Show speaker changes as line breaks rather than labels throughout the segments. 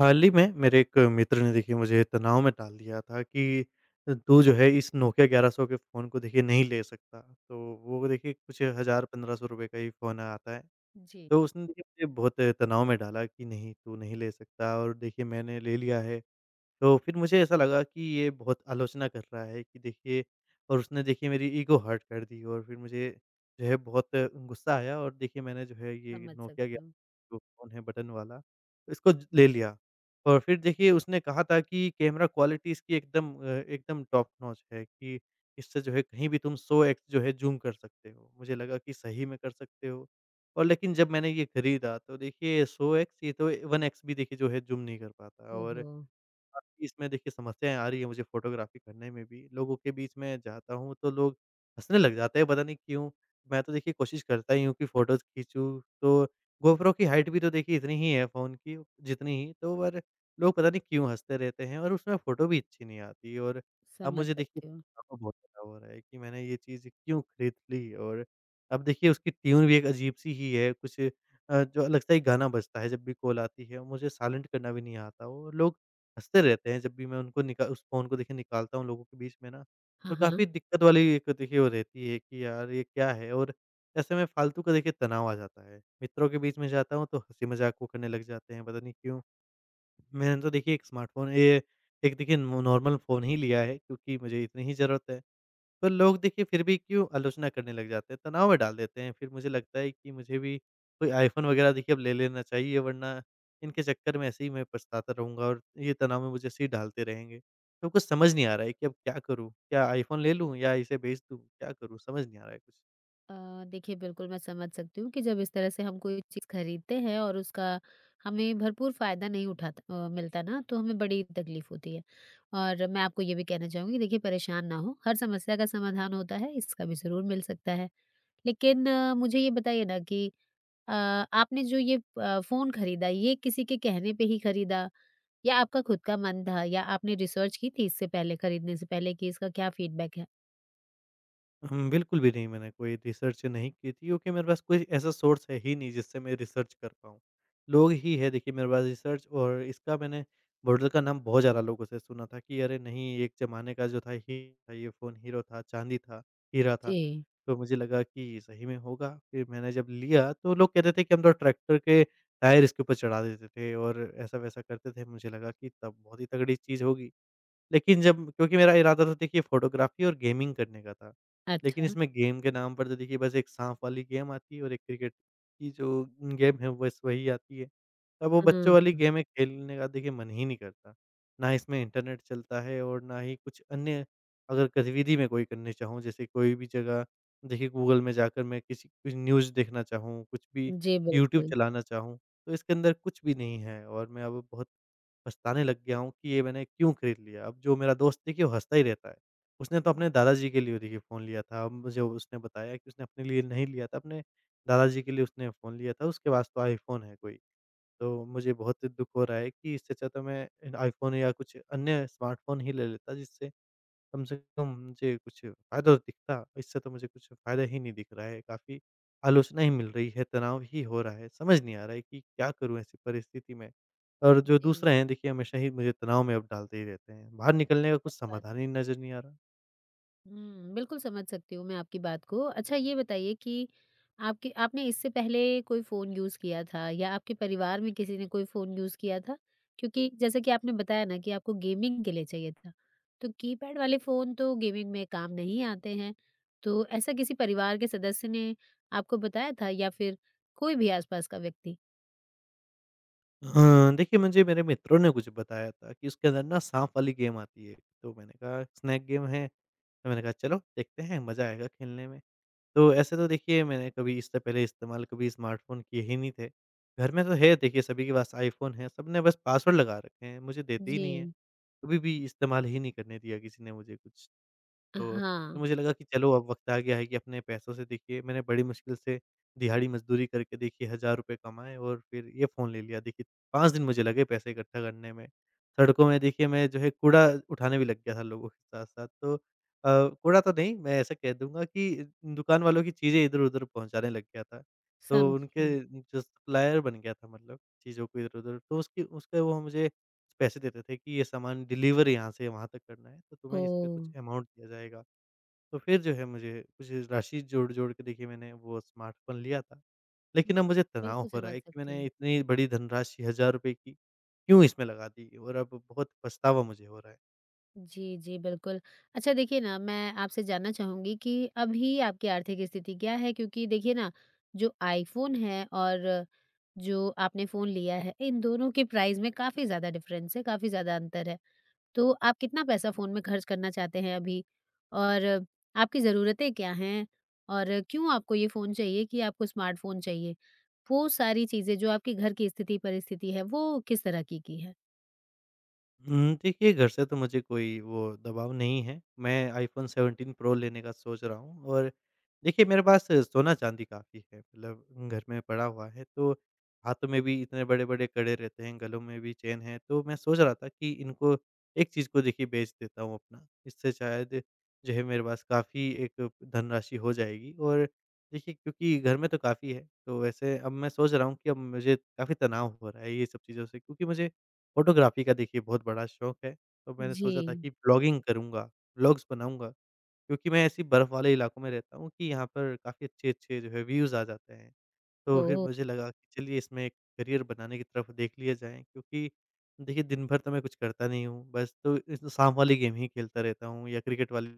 हाल ही में मेरे एक मित्र ने देखिए मुझे तनाव में डाल दिया था कि तू जो है इस नोकिया 1100 के फ़ोन को देखिए नहीं ले सकता। तो वो देखिए कुछ हज़ार ₹1500 का ही फ़ोन आता है।
जी,
तो उसने देखिए मुझे बहुत तनाव में डाला कि नहीं, तू नहीं ले सकता, और देखिए मैंने ले लिया है। तो फिर मुझे ऐसा लगा कि ये बहुत आलोचना कर रहा है कि देखिए, और उसने देखिए मेरी ईगो हर्ट कर दी और फिर मुझे जो है बहुत गुस्सा आया, और देखिए मैंने जो है ये
समझ
नोकिया ग्या
सकती हूँ।
जो फ़ोन है बटन वाला, तो इसको ज ले लिया। और फिर देखिए उसने कहा था कि कैमरा क्वालिटी इसकी एकदम एकदम टॉप नॉच है कि इससे जो है कहीं भी तुम 100x जो है ज़ूम कर सकते हो। मुझे लगा कि सही में कर सकते हो। और लेकिन जब मैंने ये खरीदा तो देखिए 100x ये तो 1x भी देखिए जो है ज़ूम नहीं कर पाता, और
ओहो!
काफ़ी इसमें देखिए समस्याएँ आ रही है मुझे फ़ोटोग्राफ़ी करने में भी। लोगों के बीच में जाता हूँ तो लोग हँसने लग जाते हैं, पता नहीं क्यों? मैं तो देखिए कोशिश करता ही हूँ कि फ़ोटोज़ खींचूँ, तो GoPro की हाइट भी तो देखिए इतनी ही है फ़ोन की जितनी ही, तो पर लोग पता नहीं क्यों हँसते रहते हैं, और उसमें फ़ोटो भी अच्छी नहीं आती। और अब
समझ
मुझे देखिए
सकती हूँ।
पछतावा बहुत ज़्यादा हो रहा है कि मैंने ये चीज़ क्यों खरीद ली? और अब देखिए उसकी ट्यून भी एक अजीब-सी ही है कुछ जो लगता है गाना बजता है जब भी कॉल आती है, मुझे साइलेंट करना भी नहीं आता, और लोग हँसते रहते हैं जब भी मैं उनको निका उस फ़ोन को देखिए निकालता हूँ लोगों के बीच में ना,
हाँ,
तो
हाँ।
काफ़ी दिक्कत वाली एक देखिए वो रहती है कि यार ये क्या है? और ऐसे में फालतू का देखिए तनाव आ जाता है। मित्रों के बीच में जाता हूँ तो हँसी-मज़ाक वो करने लग जाते हैं, पता नहीं क्यों? मैंने तो देखिए एक स्मार्टफ़ोन, ये एक देखिए नो, नॉर्मल फ़ोन ही लिया है क्योंकि मुझे इतनी ही ज़रूरत है। पर लोग देखिए फिर भी क्यों आलोचना करने लग जाते हैं, तनाव में डाल देते हैं। फिर मुझे लगता है कि मुझे भी कोई आईफ़ोन वग़ैरह देखिए अब ले लेना चाहिए, वरना इनके चक्कर में ऐसे ही मैं पछताता रहूँगा और ये तनाव में मुझे ऐसे ही डालते रहेंगे। तो कुछ समझ नहीं आ रहा है कि अब क्या करूँ? क्या आईफ़ोन ले लूँ या इसे बेच दूँ? क्या करूँ? समझ नहीं आ रहा है कुछ।
देखिए, बिल्कुल मैं समझ सकती हूँ कि जब इस तरह से हम कोई चीज़ खरीदते हैं और उसका हमें भरपूर फ़ायदा नहीं उठाता मिलता ना, तो हमें बड़ी तकलीफ़ होती है। और मैं आपको ये भी कहना चाहूँगी, देखिए परेशान ना हों, हर समस्या का समाधान होता है, इसका भी ज़रूर मिल सकता है। लेकिन मुझे ये बताइए ना कि आपने जो ये फ़ोन खरीदा, ये किसी के कहने पे ही खरीदा? या आपका खुद का मन था? या आपने रिसर्च की थी इससे पहले, खरीदने से पहले कि इसका क्या फ़ीडबैक है?
बिल्कुल भी नहीं, मैंने कोई रिसर्च नहीं की थी क्योंकि मेरे पास कोई ऐसा सोर्स है ही नहीं जिससे मैं रिसर्च कर पाऊँ। लोग ही है देखिए मेरे पास रिसर्च, और इसका मैंने मॉडल का नाम बहुत ज़्यादा लोगों से सुना था कि अरे नहीं, एक ज़माने का जो था ही था, ये फ़ोन हीरो था, चांदी था, हीरा था।
जी।
तो मुझे लगा कि सही में होगा। फिर मैंने जब लिया तो लोग कहते थे कि हम तो ट्रैक्टर के टायर इसके ऊपर चढ़ा देते थे और ऐसा-वैसा करते थे। मुझे लगा कि तब बहुत ही तगड़ी चीज़ होगी। लेकिन जब क्योंकि मेरा इरादा तो देखिए फ़ोटोग्राफ़ी और गेमिंग करने का था। लेकिन
अच्छा।
इसमें गेम के नाम पर तो देखिए बस एक साँप वाली गेम आती है और एक क्रिकेट की जो गेम है, बस वही आती है। अब वो
हुँ,
बच्चों वाली
हुँ।
गेमें खेलने का देखिए मन ही नहीं करता। ना इसमें इंटरनेट चलता है और ना ही कुछ अन्य अगर गतिविधि मैं कोई करनी चाहूँ, जैसे कोई भी जगह देखिए गूगल में जाकर मैं किसी कुछ न्यूज़ देखना चाहूँ, कुछ भी
जी,
यूट्यूब
बिल्कुल।
चलाना चाहूँ, तो इसके अंदर कुछ भी नहीं है। और मैं अब बहुत पछताने लग गया हूँ कि ये मैंने क्यों खरीद लिया। अब जो मेरा दोस्त देखिए वो हँसता ही रहता है। उसने
हुँ,
तो
हुँ।
अपने दादाजी के लिए देखिए फ़ोन लिया था। अब मुझे उसने बताया कि उसने अपने लिए नहीं लिया था, अपने दादाजी के लिए उसने फ़ोन लिया था। उसके पास तो आईफ़ोन है कोई। तो मुझे बहुत दुःख हो रहा है कि इससे अच्छा तो मैं आईफ़ोन या कुछ अन्य स्मार्टफ़ोन ही ले लेता, जिससे कम से कम मुझे कुछ फ़ायदा तो दिखता। इससे तो मुझे कुछ फ़ायदा ही नहीं दिख रहा है। काफ़ी आलोचना ही मिल रही है, तनाव ही हो रहा है। समझ नहीं आ रहा है कि क्या करूँ ऐसी परिस्थिति में? और जो
जी।
दूसरे हैं देखिए हमेशा ही मुझे तनाव में अब डालते ही रहते हैं। बाहर निकलने का
सही
कुछ
बात
समाधान
है।
ही नज़र नहीं आ रहा।
हुँ, बिल्कुल समझ सकती हूँ मैं आपकी बात को। अच्छा, ये बताइए कि आपके आपने इससे पहले कोई फ़ोन यूज़ किया था या आपके परिवार में किसी ने कोई फ़ोन यूज़ किया था? क्योंकि जैसे कि आपने बताया ना कि आपको गेमिंग के लिए चाहिए था, तो कीपैड वाले फ़ोन तो गेमिंग में काम नहीं आते हैं। तो ऐसा किसी परिवार के सदस्य ने आपको बताया था या फिर कोई भी आस-पास का व्यक्ति?
देखिए मुझे मेरे मित्रों ने कुछ बताया था कि उसके अंदर ना साँप वाली गेम आती है। तो मैंने कहा स्नेक गेम है, तो मैंने कहा चलो देखते हैं मज़ा आएगा खेलने में। तो ऐसे तो देखिए मैंने कभी इससे पहले इस्तेमाल कभी स्मार्टफ़ोन किए ही नहीं थे। घर में तो है देखिए सभी के पास आईफ़ोन है, सबने बस पासवर्ड लगा रखे हैं, मुझे देते ही
जी।
नहीं है। कभी भी इस्तेमाल ही नहीं करने दिया किसी ने मुझे कुछ। तो
हाँ,
मुझे लगा कि चलो अब वक़्त आ गया है कि अपने पैसों से देखिए मैंने बड़ी मुश्किल से दिहाड़ी मज़दूरी करके देखिए ₹1000 कमाए और फिर ये फ़ोन ले लिया। देखिए 5 दिन मुझे लगे पैसे इकट्ठा करने में। सड़कों में देखिए मैं जो है कूड़ा उठाने भी लग गया था लोगों के साथ-साथ, तो कूड़ा तो नहीं, मैं ऐसा कह दूँगा कि दुकान वालों की चीज़ें इधर-उधर पहुँचाने लग गया था। तो उनके
समझी।
जो सप्लायर बन गया था, मतलब चीज़ों को इधर-उधर, तो उसकी उसके वो मुझे पैसे देते थे कि ये सामान डिलीवर यहाँ से वहाँ तक करना है तो तुम्हें इसका
ओह!
कुछ अमाउंट दिया जाएगा। तो फिर जो है मुझे कुछ राशि जोड़-जोड़ के देखिए मैंने वो स्मार्टफ़ोन लिया था। लेकिन अब
हुँ,
मुझे तनाव
बिल्कुल
हो रहा
समझ
है कि
सकती
मैंने
हूँ।
इतनी बड़ी धनराशि ₹1000 की क्यों इसमें लगा दी? और अब बहुत पछतावा मुझे हो रहा है।
जी, जी, बिल्कुल। अच्छा, देखिए ना, मैं आपसे जानना चाहूँगी कि अभी आपकी आर्थिक स्थिति क्या है? क्योंकि देखिए ना, जो आईफ़ोन है और जो आपने फ़ोन लिया है, इन दोनों के प्राइस में काफ़ी ज़्यादा डिफ़रेंस है, काफ़ी ज़्यादा अंतर है। तो आप कितना पैसा फ़ोन में खर्च करना चाहते हैं अभी? और आपकी ज़रूरतें क्या हैं? और क्यों आपको ये फ़ोन चाहिए कि आपको स्मार्टफ़ोन चाहिए? वो सारी चीज़ें, जो आपके घर की स्थिति, परिस्थिति है, वो किस तरह की है?
देखिए घर से तो मुझे कोई वो दबाव नहीं है। मैं आईफ़ोन 17 प्रो लेने का सोच रहा हूँ, और देखिए मेरे पास सोना-चांदी काफ़ी है, मतलब घर में पड़ा हुआ है। तो हाथों में भी इतने बड़े-बड़े कड़े रहते हैं, गलों में भी चेन है। तो मैं सोच रहा था कि इनको एक चीज़ को देखिए बेच देता हूँ अपना, इससे शायद जो है मेरे पास काफ़ी एक धनराशि हो जाएगी। और देखिए क्योंकि घर में तो काफ़ी है, तो वैसे अब मैं सोच रहा हूँ कि अब मुझे काफ़ी तनाव हो रहा है ये सब चीज़ों से, क्योंकि मुझे फ़ोटोग्राफ़ी का देखिए बहुत बड़ा शौक है, तो मैंने
जी।
सोचा था कि व्लॉगिंग करूँगा, व्लॉग्स बनाऊँगा। क्योंकि मैं ऐसी बर्फ़ वाले इलाकों में रहता हूँ कि यहाँ पर काफ़ी अच्छे-अच्छे जो है व्यूज़ आ जाते हैं। तो फिर
ओह!
मुझे लगा कि चलिए इसमें एक करियर बनाने की तरफ देख लिया जाए, क्योंकि देखिए दिन भर तो मैं कुछ करता नहीं हूँ, बस तो इस शाम वाली गेम ही खेलता रहता हूँ या क्रिकेट वाली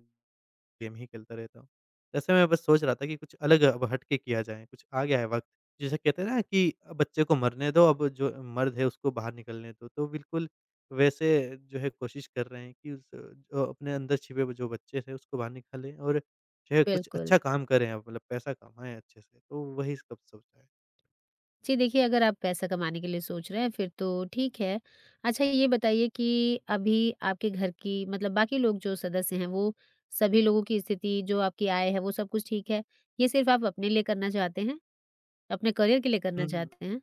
गेम ही खेलता रहता हूँ। ऐसे में बस सोच रहा था कि कुछ अलग अब हट के किया जाए, कुछ आ गया है वक़्त। जिसे कहते हैं ना कि अब बच्चे को मरने दो, अब जो मर्द है उसको बाहर निकलने दो। तो बिल्कुल वैसे जो है कोशिश कर रहे हैं कि अपने अंदर छिपे हुए जो बच्चे थे उसको बाहर निकालें, और जो है कुछ
बिल्कुल।
अच्छा काम करें अब, मतलब पैसा कमाएँ अच्छे से। तो वही सब सोचा है।
जी, देखिए अगर आप पैसा कमाने के लिए सोच रहे हैं फिर तो ठीक है। अच्छा, ये बताइए कि अभी आपके घर की, मतलब बाकी लोग जो सदस्य हैं, वो सभी लोगों की स्थिति, जो आपकी आय है, वो सब कुछ ठीक है? ये सिर्फ़ आप अपने लिए करना चाहते हैं? अपने करियर के लिए करना
हुँ, हुँ।
चाहते हैं?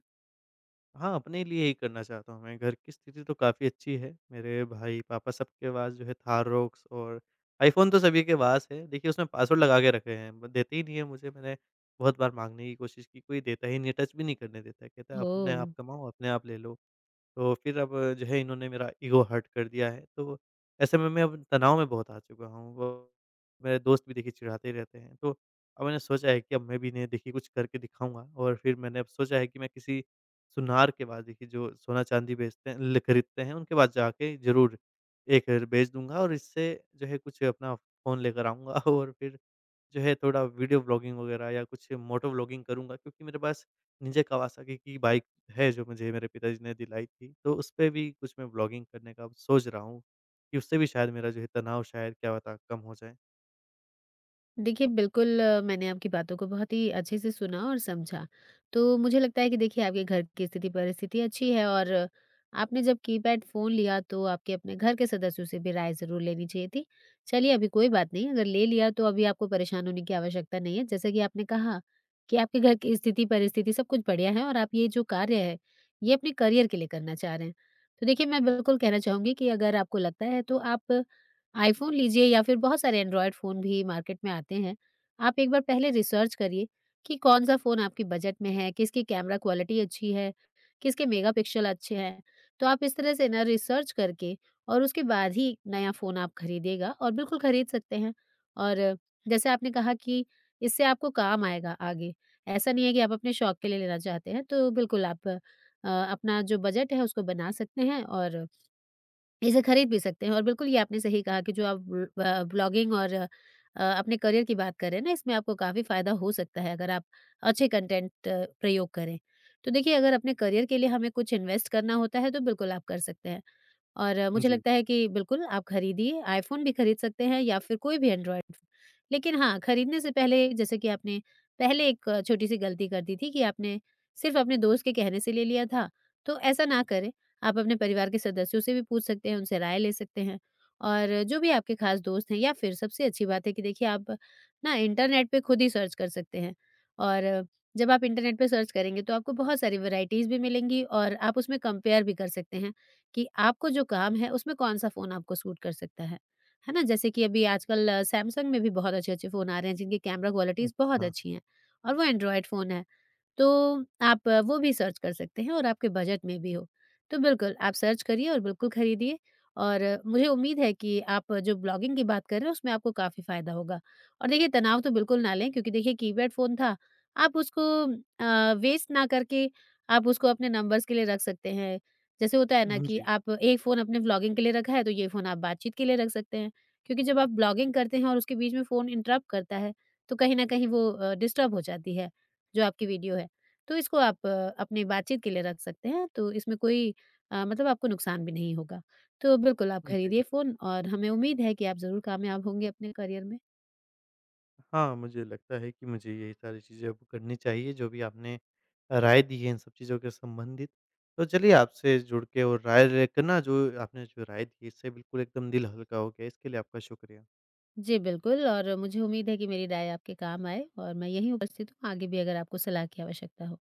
हाँ, अपने लिए ही करना चाहता हूँ मैं। घर की स्थिति तो काफ़ी अच्छी है। मेरे भाई-पापा सबके पास जो है थाररॉक्स और आईफ़ोन तो सभी के पास है। देखिए उसमें पासवर्ड लगा के रखे हैं, वो देते ही नहीं है मुझे। मैंने बहुत बार माँगने की कोशिश की, कोई देता ही नहीं है, टच भी नहीं करने देता है। कहता है अपने
ओह!
आप कमाओ, अपने आप ले लो। तो फिर अब जो है इन्होंने मेरा ईगो हर्ट कर दिया है, तो ऐसे में मैं अब तनाव में बहुत आ चुका हूँ। वो मेरे दोस्त भी देखिए चिढ़ाते ही रहते हैं, तो अब मैंने सोचा है कि अब मैं भी इन्हें देखिए कुछ करके दिखाऊँगा, और फिर मैंने अब सोचा है कि मैं किसी सुनार के पास देखिए जो सोना-चांदी बेचते हैं ल खरीदते हैं, उनके पास जाके ज़रूर एक बेच दूँगा और इससे जो है कुछ अपना फ़ोन लेकर आऊँगा और फिर जो है थोड़ा वीडियो ब्लॉगिंग वगैरह या कुछ मोटो व्लॉगिंग करूँगा, क्योंकि मेरे पास निंजा कावासाकी की बाइक है जो मुझे मेरे पिताजी ने दिलाई थी, तो उसपे भी कुछ मैं व्लॉगिंग करने का अब सोच रहा हूँ कि उससे भी शायद मेरा जो है तनाव शायद क्या पता कम हो जाए।
देखिए, बिल्कुल मैंने आपकी बातों को बहुत ही अच्छे से सुना और समझा। तो मुझे लगता है कि देखिए, आपके घर की स्थिति, परिस्थिति अच्छी है और आपने जब कीपैड फ़ोन लिया तो आपके अपने घर के सदस्यों से भी राय ज़रूर लेनी चाहिए थी। चलिए, अभी कोई बात नहीं, अगर ले लिया तो अभी आपको परेशान होने की आवश्यकता नहीं है। जैसा कि आपने कहा कि आपके घर की स्थिति, परिस्थिति सब कुछ बढ़िया है और आप ये जो कार्य है, ये अपने करियर के लिए करना चाह रहे हैं। तो देखिए, मैं बिल्कुल कहना चाहूँगी कि अगर आपको लगता है तो आप आईफ़ोन लीजिए या फिर बहुत सारे एंड्रॉयड फ़ोन भी मार्केट में आते हैं। आप एक बार पहले रिसर्च करिए कि कौन-सा फ़ोन आपके बजट में है, किसकी कैमरा क्वालिटी अच्छी है, किसके मेगापिक्सल अच्छे हैं। तो आप इस तरह से ना रिसर्च करके और उसके बाद ही नया फ़ोन आप खरीदिएगा और बिल्कुल खरीद सकते हैं। और जैसे आपने कहा कि इससे आपको काम आएगा आगे। ऐसा नहीं है कि आप अपने शौक के लिए लेना चाहते हैं, तो बिल्कुल आप अपना जो बजट है उसको बना सकते हैं और इसे खरीद भी सकते हैं। और बिल्कुल ये आपने सही कहा कि जो आप ब्लॉगिंग और अपने करियर की बात कर रहे हैं ना, इसमें आपको काफ़ी फ़ायदा हो सकता है अगर आप अच्छे कंटेंट प्रयोग करें। तो देखिए, अगर अपने करियर के लिए हमें कुछ इन्वेस्ट करना होता है तो बिल्कुल आप कर सकते हैं। और मुझे
जी।
लगता है कि बिल्कुल आप खरीदिए, आईफ़ोन भी खरीद सकते हैं या फिर कोई भी एंड्रॉयड फ़ोन। लेकिन हाँ, खरीदने से पहले जैसे कि आपने पहले एक छोटी-सी गलती कर दी थी कि आपने सिर्फ़ अपने दोस्त के कहने से ले लिया था, तो ऐसा ना करें। आप अपने परिवार के सदस्यों से भी पूछ सकते हैं, उनसे राय ले सकते हैं और जो भी आपके ख़ास दोस्त हैं, या फिर सबसे अच्छी बात है कि देखिए, आप ना इंटरनेट पे खुद ही सर्च कर सकते हैं। और जब आप इंटरनेट पे सर्च करेंगे तो आपको बहुत सारी वैराइटीज़ भी मिलेंगी और आप उसमें कंपेयर भी कर सकते हैं कि आपको जो काम है उसमें कौन-सा फ़ोन आपको सूट कर सकता है। है ना? जैसे कि अभी आजकल सैमसंग में भी बहुत अच्छे-अच्छे फ़ोन आ रहे हैं जिनकी कैमरा क्वालिटीज़ बहुत
अच्छा।
अच्छी हैं और वो एंड्रॉयड फ़ोन है। तो आप वो भी सर्च कर सकते हैं और आपके बजट में भी हो। तो बिल्कुल आप सर्च करिए और बिल्कुल खरीदिए। और मुझे उम्मीद है कि आप जो ब्लॉगिंग की बात कर रहे हैं उसमें आपको काफ़ी फ़ायदा होगा। और देखिए, तनाव तो बिल्कुल ना लें क्योंकि देखिए कीपैड फ़ोन था, आप उसको वेस्ट ना करके आप उसको अपने नंबर्स के लिए रख सकते हैं। जैसे होता है ना
हुँ,
कि
जी।
आप एक फ़ोन आपने व्लॉगिंग के लिए रखा है, तो ये फ़ोन आप बातचीत के लिए रख सकते हैं। क्योंकि जब आप व्लॉगिंग करते हैं और उसके बीच में फ़ोन इंटरप्ट करता है, तो कहीं न कहीं वो डिस्टर्ब हो जाती है, जो आपकी वीडियो है। तो इसको आप अपनी बातचीत के लिए रख सकते हैं, तो इसमें कोई मतलब आपको नुकसान भी नहीं होगा। तो बिल्कुल आप खरीदिए
जी।
फ़ोन और हमें उम्मीद है कि आप ज़रूर कामयाब होंगे अपने करियर में।
हाँ, मुझे लगता है कि मुझे यही सारी चीज़ें अब करनी चाहिए, जो भी आपने राय दी है इन सब चीज़ों के संबंधित। तो चलिए आपसे जुड़ के और राय लेकर ना, जो आपने जो राय दी, इससे बिल्कुल एकदम दिल हल्का हो गया। इसके लिए आपका शुक्रिया।
जी, बिल्कुल। और मुझे उम्मीद है कि मेरी राय आपके काम आए और मैं यहीं उपस्थित हूँ, आगे भी अगर आपको सलाह की आवश्यकता हो।